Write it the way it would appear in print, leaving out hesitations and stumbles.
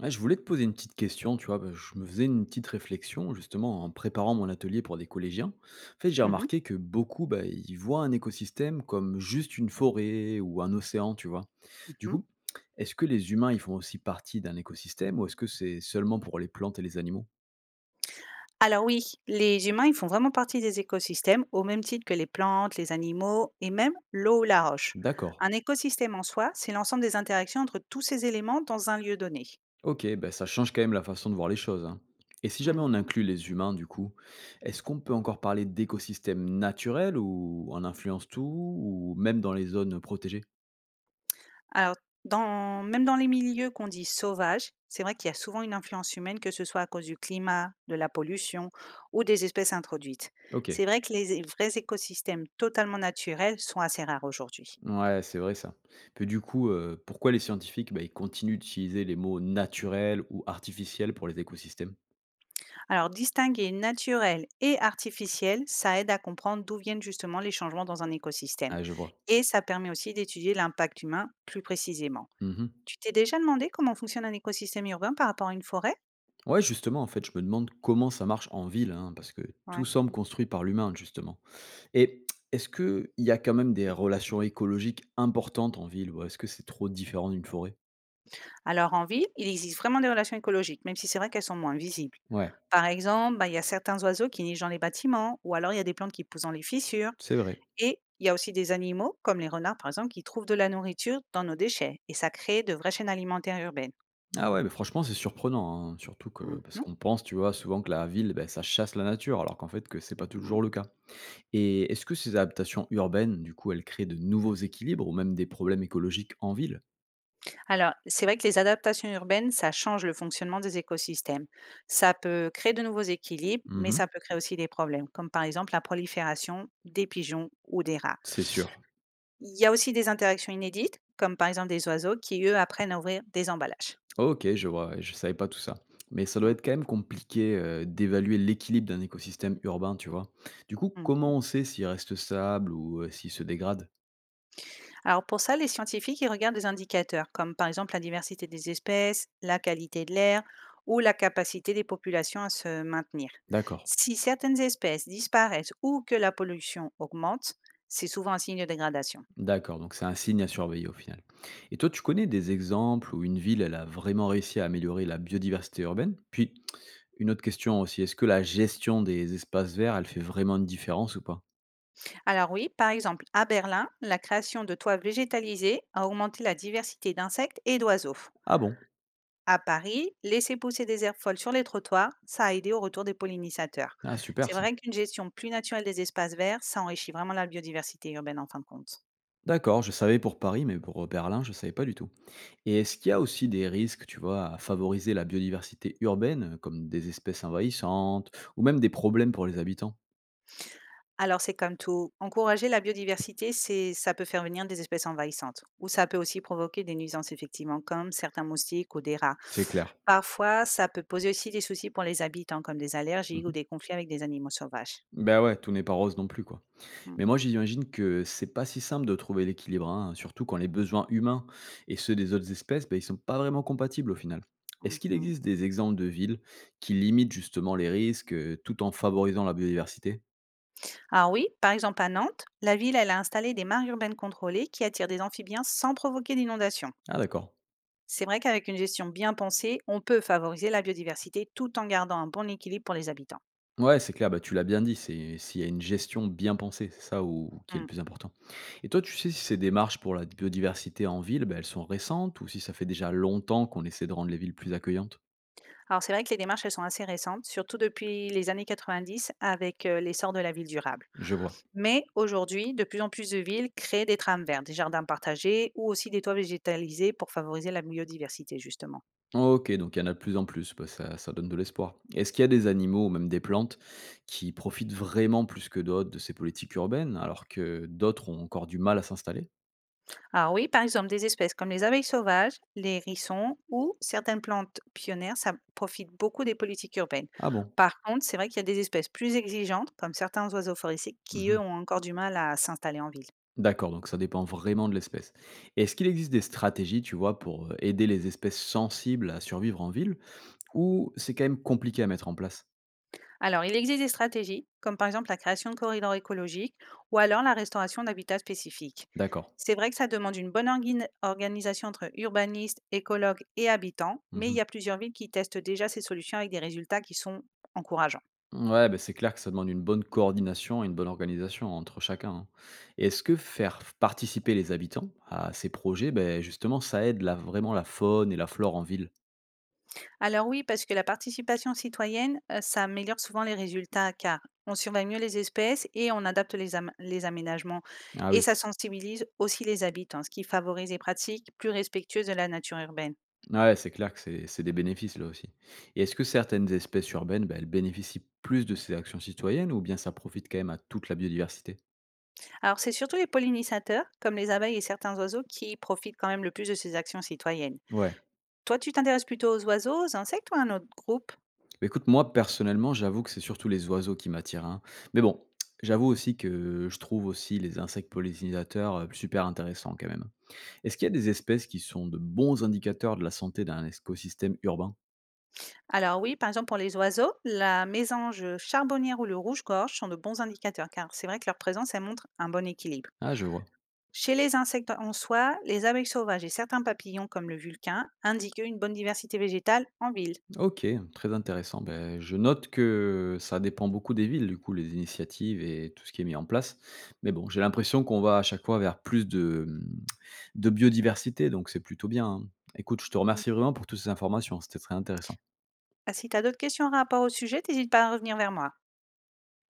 Ouais, je voulais te poser une petite question, tu vois? Bah, je me faisais une petite réflexion justement en préparant mon atelier pour des collégiens. En fait, j'ai Mmh mh. remarqué que beaucoup, bah, ils voient un écosystème comme juste une forêt ou un océan, tu vois? Du Mmh. coup, est-ce que les humains, ils font aussi partie d'un écosystème ou est-ce que c'est seulement pour les plantes et les animaux? Alors oui, les humains, ils font vraiment partie des écosystèmes au même titre que les plantes, les animaux et même l'eau ou la roche. D'accord. Un écosystème en soi, c'est l'ensemble des interactions entre tous ces éléments dans un lieu donné. Ok, bah, ça change quand même la façon de voir les choses, hein. Et si jamais on Mmh. inclut les humains, du coup, est-ce qu'on peut encore parler d'écosystème naturel ou on influence tout ou même dans les zones protégées? Alors, dans même dans les milieux qu'on dit «sauvages», c'est vrai qu'il y a souvent une influence humaine, que ce soit à cause du climat, de la pollution ou des espèces introduites. Ok. C'est vrai que les vrais écosystèmes totalement naturels sont assez rares aujourd'hui. Ouais, c'est vrai ça. Puis du coup, pourquoi les scientifiques, bah, ils continuent d'utiliser les mots naturels ou artificiels pour les écosystèmes? Alors, distinguer naturel et artificiel, ça aide à comprendre d'où viennent justement les changements dans un écosystème. Ah, je vois. Et ça permet aussi d'étudier l'impact humain plus précisément. Mmh. Tu t'es déjà demandé comment fonctionne un écosystème urbain par rapport à une forêt? Ouais, justement, en fait, je me demande comment ça marche en ville, hein, parce que tout Ouais. semble construit par l'humain, justement. Et est-ce qu'il y a quand même des relations écologiques importantes en ville ou est-ce que c'est trop différent d'une forêt? Alors, en ville, il existe vraiment des relations écologiques, même si c'est vrai qu'elles sont moins visibles. Ouais, Par exemple, bah, il y a certains oiseaux qui nichent dans les bâtiments, ou alors il y a des plantes qui poussent dans les fissures. c'est vrai. Et il y a aussi des animaux, comme les renards par exemple, qui trouvent de la nourriture dans nos déchets. Et ça crée de vraies chaînes alimentaires urbaines. Ah ouais, mais franchement, c'est surprenant, hein, surtout que parce Mhm. qu'on pense, tu vois, souvent que la ville, bah, ça chasse la nature alors qu'en fait que c'est pas toujours le cas. Et est-ce que ces adaptations urbaines, du coup, elles créent de nouveaux équilibres ou même des problèmes écologiques en ville? Alors, c'est vrai que les adaptations urbaines, ça change le fonctionnement des écosystèmes. Ça peut créer de nouveaux équilibres, mais Mmh. ça peut créer aussi des problèmes, comme par exemple la prolifération des pigeons ou des rats. C'est sûr. Il y a aussi des interactions inédites, comme par exemple des oiseaux qui, eux, apprennent à ouvrir des emballages. OK, je vois, ouais, je savais pas tout ça. Mais ça doit Mm, être quand même compliqué, d'évaluer l'équilibre d'un écosystème urbain, tu vois? Du coup, comment mhm. on sait s'il reste stable ou, s'il se dégrade? Alors pour ça, les scientifiques, ils regardent des indicateurs comme par exemple la diversité des espèces, la qualité de l'air ou la capacité des populations à se maintenir. D'accord, Si certaines espèces disparaissent ou que la pollution augmente, c'est souvent un signe de dégradation. d'accord, donc c'est un signe à surveiller au final. Et toi, tu connais des exemples où une ville, elle a vraiment réussi à améliorer la biodiversité urbaine? Puis, une autre question aussi, est-ce que la gestion des espaces verts, elle fait vraiment une différence ou pas? Alors oui, par exemple, à Berlin, la création de toits végétalisés a augmenté la diversité d'insectes et d'oiseaux. Ah bon? À Paris, laisser pousser des herbes folles sur les trottoirs, ça a aidé au retour des pollinisateurs. Ah super C'est ça. vrai qu'une gestion plus naturelle des espaces verts, ça enrichit vraiment la biodiversité urbaine en fin de compte. D'accord, je savais pour Paris, mais pour, Berlin, je savais pas du tout. Et est-ce qu'il y a aussi des risques, tu vois, à favoriser la biodiversité urbaine, comme des espèces envahissantes ou même des problèmes pour les habitants? Alors c'est comme tout, encourager la biodiversité, c'est ça peut faire venir des espèces envahissantes ou ça peut aussi provoquer des nuisances effectivement comme certains moustiques ou des rats. C'est clair. Parfois, ça peut poser aussi des soucis pour les habitants comme des Mmh allergies ou mh. des conflits avec des animaux sauvages. Bah, ouais, tout n'est pas rose non plus, quoi. Mm, Mais moi, j'imagine que c'est pas si simple de trouver l'équilibre, hein, surtout quand les besoins humains et ceux des autres espèces, ben ils sont pas vraiment compatibles au final. Est-ce qu'il mhm. existe des exemples de villes qui limitent justement les risques, tout en favorisant la biodiversité? Ah oui, par exemple à Nantes, la ville elle a installé des mares urbaines contrôlées qui attirent des amphibiens sans provoquer d'inondation. Ah d'accord. C'est vrai qu'avec une gestion bien pensée, on peut favoriser la biodiversité tout en gardant un bon équilibre pour les habitants. Ouais, c'est clair, bah, tu l'as bien dit, c'est s'il y a une gestion bien pensée, c'est ça ou qui est le Mm. plus important. Et toi, tu sais si ces démarches pour la biodiversité en ville, bah, elles sont récentes ou si ça fait déjà longtemps qu'on essaie de rendre les villes plus accueillantes? Alors c'est vrai que les démarches elles sont assez récentes, surtout depuis les années 90 avec l'essor de la ville durable. Je vois. Mais aujourd'hui, de plus en plus de villes créent des trames vertes, des jardins partagés ou aussi des toits végétalisés pour favoriser la biodiversité, justement. Ok, donc il y en a de plus en plus, bah, ça donne de l'espoir. Est-ce qu'il y a des animaux ou même des plantes qui profitent vraiment plus que d'autres de ces politiques urbaines, alors que d'autres ont encore du mal à s'installer? Alors oui, par exemple, des espèces comme les abeilles sauvages, les hérissons ou certaines plantes pionnières, ça profite beaucoup des politiques urbaines. Ah bon? Par contre, c'est vrai qu'il y a des espèces plus exigeantes, comme certains oiseaux forestiers, qui, eux, ont encore du mal à s'installer en ville. D'accord, donc ça dépend vraiment de l'espèce. Est-ce qu'il existe des stratégies, tu vois, pour aider les espèces sensibles à survivre en ville ou c'est quand même compliqué à mettre en place? Alors, il existe des stratégies, comme par exemple la création de corridors écologiques ou alors la restauration d'habitats spécifiques. D'accord. C'est vrai que ça demande une bonne organisation entre urbanistes, écologues et habitants, mais il Mmh. y a plusieurs villes qui testent déjà ces solutions avec des résultats qui sont encourageants. Ouais, ben c'est clair que ça demande une bonne coordination et une bonne organisation entre chacun, hein. Et est-ce que faire participer les habitants à ces projets, ben justement ça aide la vraiment la faune et la flore en ville? Alors oui, parce que la participation citoyenne, ça améliore souvent les résultats car on surveille mieux les espèces et on adapte les aménagements Ah et oui. ça sensibilise aussi les habitants, ce qui favorise des pratiques plus respectueuses de la nature urbaine. Ouais, c'est clair que c'est des bénéfices là aussi. Et est-ce que certaines espèces urbaines, bah, elles bénéficient plus de ces actions citoyennes ou bien ça profite quand même à toute la biodiversité? Alors c'est surtout les pollinisateurs, comme les abeilles et certains oiseaux, qui profitent quand même le plus de ces actions citoyennes. Ouais. Toi, tu t'intéresses plutôt aux oiseaux, aux insectes ou à un autre groupe? Bah, écoute, moi personnellement, j'avoue que c'est surtout les oiseaux qui m'attirent, hein. Mais bon, j'avoue aussi que je trouve aussi les insectes pollinisateurs super intéressants quand même. Est-ce qu'il y a des espèces qui sont de bons indicateurs de la santé d'un écosystème urbain? Alors oui, par exemple pour les oiseaux, la mésange charbonnière ou le rouge-gorge sont de bons indicateurs car c'est vrai que leur présence, elle montre un bon équilibre. Ah, je vois. Chez les insectes en soie, les abeilles sauvages et certains papillons comme le vulcain indiquent une bonne diversité végétale en ville. OK, très intéressant. Beh, je note que ça dépend beaucoup des villes, du coup, les initiatives et tout ce qui est mis en place. Mais bon, j'ai l'impression qu'on va à chaque fois vers plus de, de biodiversité, donc c'est plutôt bien, hein. Écoute, je te Mm. remercie vraiment pour toutes ces informations, c'était très intéressant. Ah, si tu as d'autres questions en rapport au sujet, n'hésite pas à revenir vers moi.